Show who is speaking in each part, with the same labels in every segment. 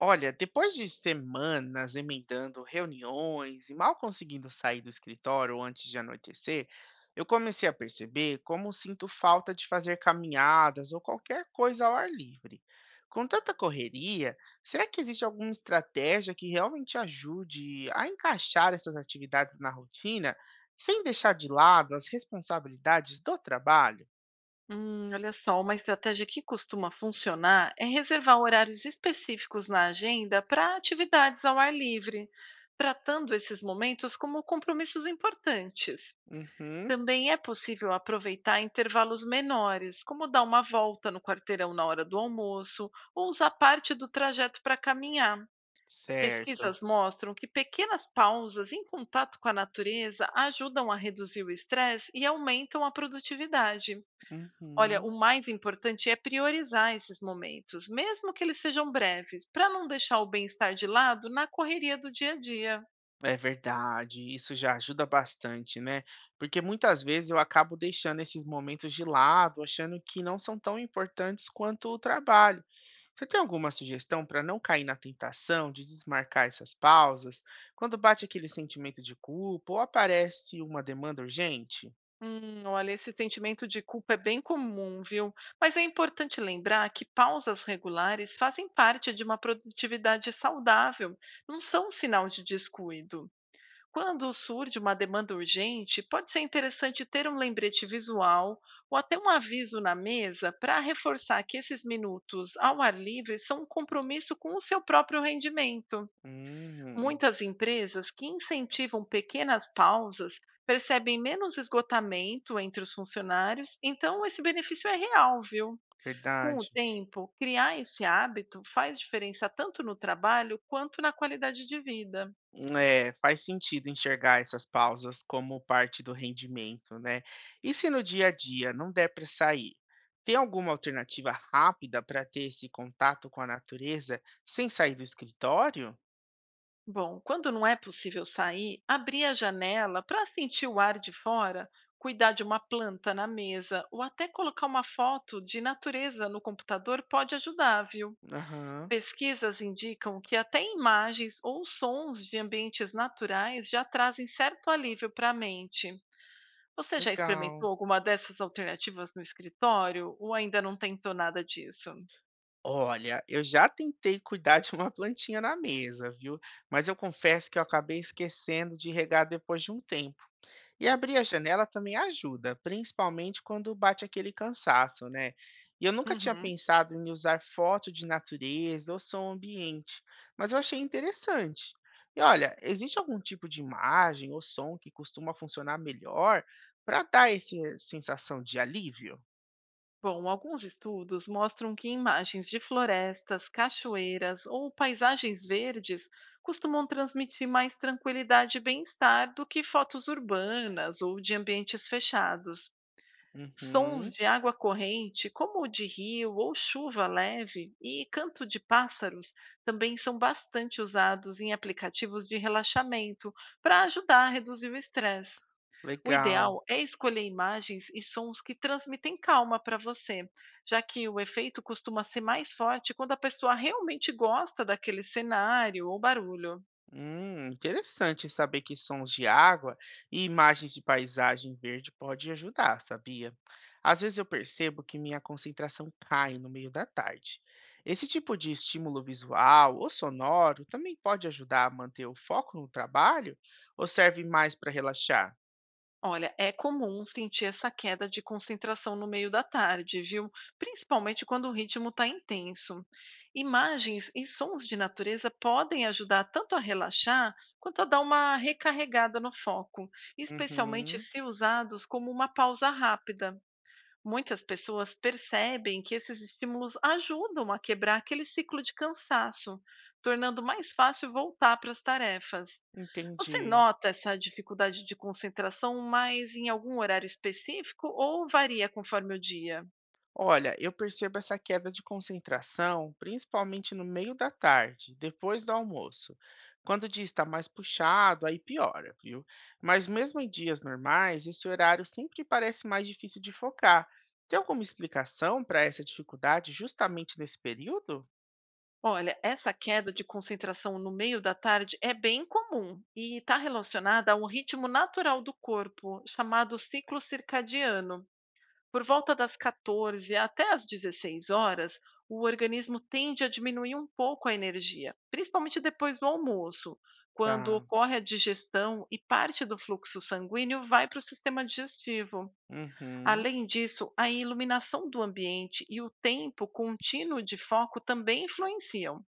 Speaker 1: Olha, depois de semanas emendando reuniões e mal conseguindo sair do escritório antes de anoitecer, eu comecei a perceber como sinto falta de fazer caminhadas ou qualquer coisa ao ar livre. Com tanta correria, será que existe alguma estratégia que realmente ajude a encaixar essas atividades na rotina sem deixar de lado as responsabilidades do trabalho?
Speaker 2: Olha só, uma estratégia que costuma funcionar é reservar horários específicos na agenda para atividades ao ar livre, tratando esses momentos como compromissos importantes.
Speaker 1: Uhum,
Speaker 2: Também é possível aproveitar intervalos menores, como dar uma volta no quarteirão na hora do almoço ou usar parte do trajeto para caminhar.
Speaker 1: certo.
Speaker 2: Pesquisas mostram que pequenas pausas em contato com a natureza ajudam a reduzir o estresse e aumentam a produtividade. Olha, o
Speaker 1: Uhum.
Speaker 2: mais importante é priorizar esses momentos, mesmo que eles sejam breves, para não deixar o bem-estar de lado na correria do dia a dia.
Speaker 1: É verdade, isso já ajuda bastante, né? Porque muitas vezes eu acabo deixando esses momentos de lado, achando que não são tão importantes quanto o trabalho. Você tem alguma sugestão para não cair na tentação de desmarcar essas pausas quando bate aquele sentimento de culpa ou aparece uma demanda urgente?
Speaker 2: Olha, esse sentimento de culpa é bem comum, viu? Mas é importante lembrar que pausas regulares fazem parte de uma produtividade saudável, não são um sinal de descuido. Quando surge uma demanda urgente, pode ser interessante ter um lembrete visual ou até um aviso na mesa para reforçar que esses minutos ao ar livre são um compromisso com o seu próprio rendimento.
Speaker 1: Hum,
Speaker 2: Muitas empresas que incentivam pequenas pausas percebem menos esgotamento entre os funcionários, então esse benefício é real, viu? Com o
Speaker 1: verdade.
Speaker 2: tempo, criar esse hábito faz diferença tanto no trabalho quanto na qualidade de vida.
Speaker 1: É, faz sentido enxergar essas pausas como parte do rendimento, né? E se no dia a dia não der para sair, tem alguma alternativa rápida para ter esse contato com a natureza sem sair do escritório?
Speaker 2: Bom, quando não é possível sair, abrir a janela para sentir o ar de fora, cuidar de uma planta na mesa ou até colocar uma foto de natureza no computador pode ajudar, viu?
Speaker 1: Aham,
Speaker 2: Pesquisas indicam que até imagens ou sons de ambientes naturais já trazem certo alívio para a mente. Você já experimentou
Speaker 1: legal.
Speaker 2: alguma dessas alternativas no escritório ou ainda não tentou nada disso?
Speaker 1: Olha, eu já tentei cuidar de uma plantinha na mesa, viu? Mas eu confesso que eu acabei esquecendo de regar depois de um tempo. E abrir a janela também ajuda, principalmente quando bate aquele cansaço, né? E eu nunca tinha
Speaker 2: Uhum.
Speaker 1: pensado em usar foto de natureza ou som ambiente, mas eu achei interessante. E olha, existe algum tipo de imagem ou som que costuma funcionar melhor para dar essa sensação de alívio?
Speaker 2: Bom, alguns estudos mostram que imagens de florestas, cachoeiras ou paisagens verdes costumam transmitir mais tranquilidade e bem-estar do que fotos urbanas ou de ambientes fechados. Sons
Speaker 1: Uhum,
Speaker 2: de água corrente, como o de rio ou chuva leve, e canto de pássaros também são bastante usados em aplicativos de relaxamento para ajudar a reduzir o estresse. O
Speaker 1: legal.
Speaker 2: ideal é escolher imagens e sons que transmitem calma para você, já que o efeito costuma ser mais forte quando a pessoa realmente gosta daquele cenário ou barulho.
Speaker 1: Interessante saber que sons de água e imagens de paisagem verde pode ajudar, sabia? Às vezes eu percebo que minha concentração cai no meio da tarde. Esse tipo de estímulo visual ou sonoro também pode ajudar a manter o foco no trabalho ou serve mais para relaxar?
Speaker 2: Olha, é comum sentir essa queda de concentração no meio da tarde, viu? Principalmente quando o ritmo está intenso. Imagens e sons de natureza podem ajudar tanto a relaxar quanto a dar uma recarregada no foco, especialmente
Speaker 1: Uhum,
Speaker 2: se usados como uma pausa rápida. Muitas pessoas percebem que esses estímulos ajudam a quebrar aquele ciclo de cansaço, tornando mais fácil voltar para as tarefas. Você
Speaker 1: entendi.
Speaker 2: nota essa dificuldade de concentração mais em algum horário específico ou varia conforme o dia?
Speaker 1: Olha, eu percebo essa queda de concentração, principalmente no meio da tarde, depois do almoço. Quando o dia está mais puxado, aí piora, viu? Mas mesmo em dias normais, esse horário sempre parece mais difícil de focar. Tem alguma explicação para essa dificuldade justamente nesse período?
Speaker 2: Olha, essa queda de concentração no meio da tarde é bem comum e está relacionada a um ritmo natural do corpo, chamado ciclo circadiano. Por volta das 14 até as 16 horas, o organismo tende a diminuir um pouco a energia, principalmente depois do almoço, quando
Speaker 1: Tá.
Speaker 2: ocorre a digestão e parte do fluxo sanguíneo vai para o sistema digestivo.
Speaker 1: Uhum.
Speaker 2: Além disso, a iluminação do ambiente e o tempo contínuo de foco também influenciam.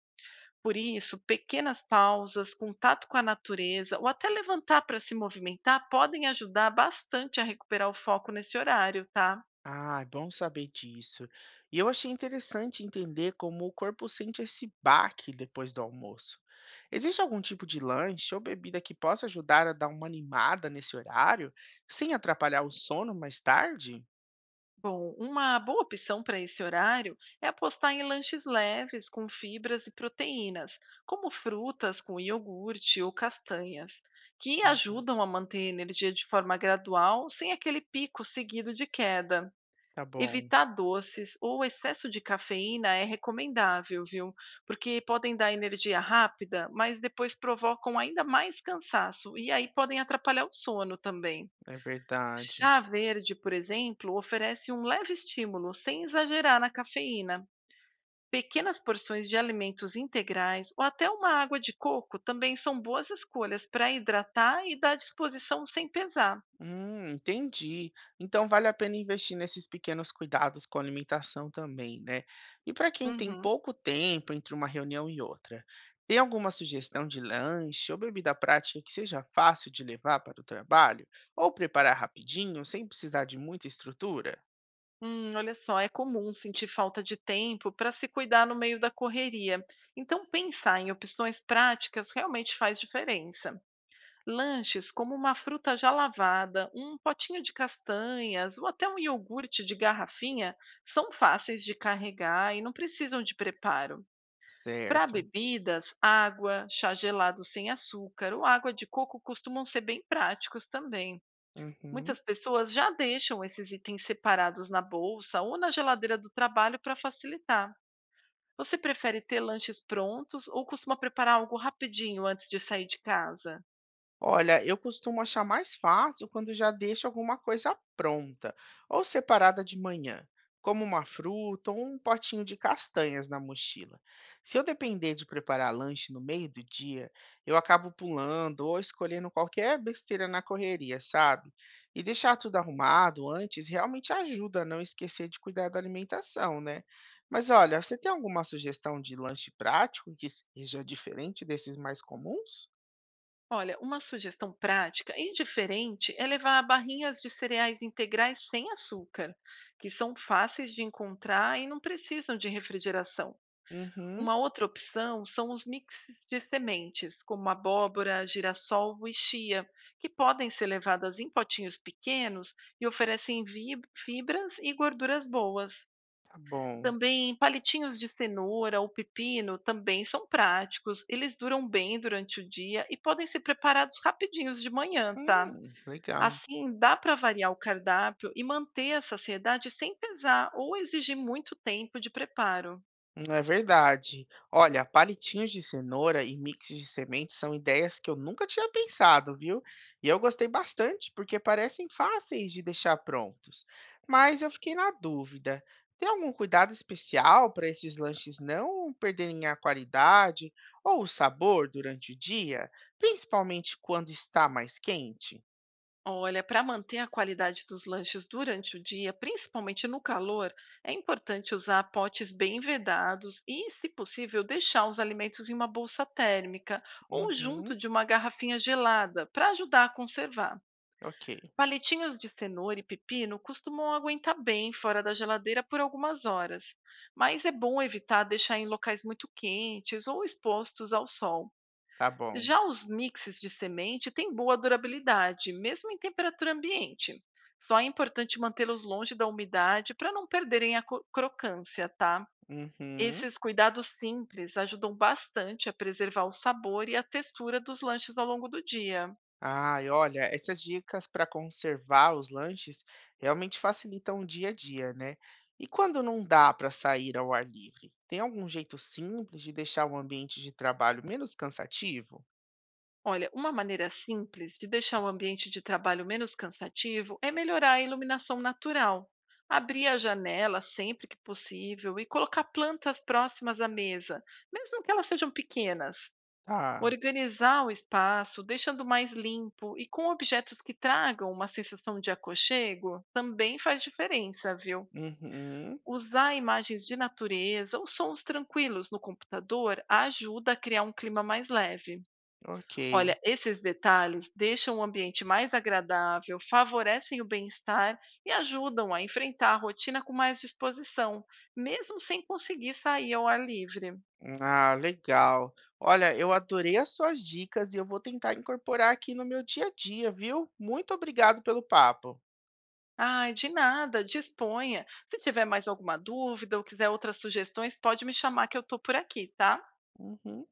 Speaker 2: Por isso, pequenas pausas, contato com a natureza ou até levantar para se movimentar podem ajudar bastante a recuperar o foco nesse horário, tá?
Speaker 1: Ah, é bom saber disso. E eu achei interessante entender como o corpo sente esse baque depois do almoço. Existe algum tipo de lanche ou bebida que possa ajudar a dar uma animada nesse horário, sem atrapalhar o sono mais tarde?
Speaker 2: Bom, uma boa opção para esse horário é apostar em lanches leves com fibras e proteínas, como frutas com iogurte ou castanhas, que
Speaker 1: Uhum,
Speaker 2: ajudam a manter a energia de forma gradual, sem aquele pico seguido de queda.
Speaker 1: tá bom,
Speaker 2: Evitar doces ou excesso de cafeína é recomendável, viu? Porque podem dar energia rápida, mas depois provocam ainda mais cansaço e aí podem atrapalhar o sono também.
Speaker 1: é verdade.
Speaker 2: Chá verde, por exemplo, oferece um leve estímulo, sem exagerar na cafeína. Pequenas porções de alimentos integrais ou até uma água de coco também são boas escolhas para hidratar e dar disposição sem pesar.
Speaker 1: Entendi. Então vale a pena investir nesses pequenos cuidados com a alimentação também, né? E para quem tem
Speaker 2: Uhum.
Speaker 1: pouco tempo entre uma reunião e outra, tem alguma sugestão de lanche ou bebida prática que seja fácil de levar para o trabalho ou preparar rapidinho, sem precisar de muita estrutura?
Speaker 2: Olha só, é comum sentir falta de tempo para se cuidar no meio da correria. Então, pensar em opções práticas realmente faz diferença. Lanches como uma fruta já lavada, um potinho de castanhas ou até um iogurte de garrafinha são fáceis de carregar e não precisam de preparo. Para
Speaker 1: Certo.
Speaker 2: bebidas, água, chá gelado sem açúcar ou água de coco costumam ser bem práticos também.
Speaker 1: Uhum.
Speaker 2: Muitas pessoas já deixam esses itens separados na bolsa ou na geladeira do trabalho para facilitar. Você prefere ter lanches prontos ou costuma preparar algo rapidinho antes de sair de casa?
Speaker 1: Olha, eu costumo achar mais fácil quando já deixo alguma coisa pronta ou separada de manhã, como uma fruta ou um potinho de castanhas na mochila. Se eu depender de preparar lanche no meio do dia, eu acabo pulando ou escolhendo qualquer besteira na correria, sabe? E deixar tudo arrumado antes realmente ajuda a não esquecer de cuidar da alimentação, né? Mas olha, você tem alguma sugestão de lanche prático que seja diferente desses mais comuns?
Speaker 2: Olha, uma sugestão prática e diferente é levar barrinhas de cereais integrais sem açúcar, que são fáceis de encontrar e não precisam de refrigeração.
Speaker 1: Uhum.
Speaker 2: Uma outra opção são os mixes de sementes, como abóbora, girassol e chia, que podem ser levadas em potinhos pequenos e oferecem fibras e gorduras boas.
Speaker 1: Tá bom.
Speaker 2: Também palitinhos de cenoura ou pepino também são práticos. Eles duram bem durante o dia e podem ser preparados rapidinhos de manhã, tá?
Speaker 1: Legal.
Speaker 2: Assim, dá para variar o cardápio e manter a saciedade sem pesar ou exigir muito tempo de preparo.
Speaker 1: Não é verdade. Olha, palitinhos de cenoura e mix de sementes são ideias que eu nunca tinha pensado, viu? E eu gostei bastante porque parecem fáceis de deixar prontos. Mas eu fiquei na dúvida. Tem algum cuidado especial para esses lanches não perderem a qualidade ou o sabor durante o dia, principalmente quando está mais quente?
Speaker 2: Olha, para manter a qualidade dos lanches durante o dia, principalmente no calor, é importante usar potes bem vedados e, se possível, deixar os alimentos em uma bolsa térmica ou junto
Speaker 1: Uhum,
Speaker 2: de uma garrafinha gelada para ajudar a conservar.
Speaker 1: ok,
Speaker 2: Palitinhos de cenoura e pepino costumam aguentar bem fora da geladeira por algumas horas, mas é bom evitar deixar em locais muito quentes ou expostos ao sol.
Speaker 1: tá bom.
Speaker 2: Já os mixes de semente têm boa durabilidade, mesmo em temperatura ambiente. Só é importante mantê-los longe da umidade para não perderem a crocância, tá?
Speaker 1: Uhum.
Speaker 2: Esses cuidados simples ajudam bastante a preservar o sabor e a textura dos lanches ao longo do dia.
Speaker 1: Ai, olha, essas dicas para conservar os lanches realmente facilitam o dia a dia, né? E quando não dá para sair ao ar livre? Tem algum jeito simples de deixar o ambiente de trabalho menos cansativo?
Speaker 2: Olha, uma maneira simples de deixar o ambiente de trabalho menos cansativo é melhorar a iluminação natural. Abrir a janela sempre que possível e colocar plantas próximas à mesa, mesmo que elas sejam pequenas.
Speaker 1: Tá.
Speaker 2: Organizar o espaço, deixando mais limpo e com objetos que tragam uma sensação de aconchego, também faz diferença, viu?
Speaker 1: Uhum.
Speaker 2: Usar imagens de natureza ou sons tranquilos no computador ajuda a criar um clima mais leve.
Speaker 1: Ok.
Speaker 2: Olha, esses detalhes deixam o ambiente mais agradável, favorecem o bem-estar e ajudam a enfrentar a rotina com mais disposição, mesmo sem conseguir sair ao ar livre.
Speaker 1: Ah, legal. Olha, eu adorei as suas dicas e eu vou tentar incorporar aqui no meu dia a dia, viu? Muito obrigado pelo papo.
Speaker 2: Ai, de nada, disponha. Se tiver mais alguma dúvida ou quiser outras sugestões, pode me chamar que eu estou por aqui, tá?
Speaker 1: Uhum.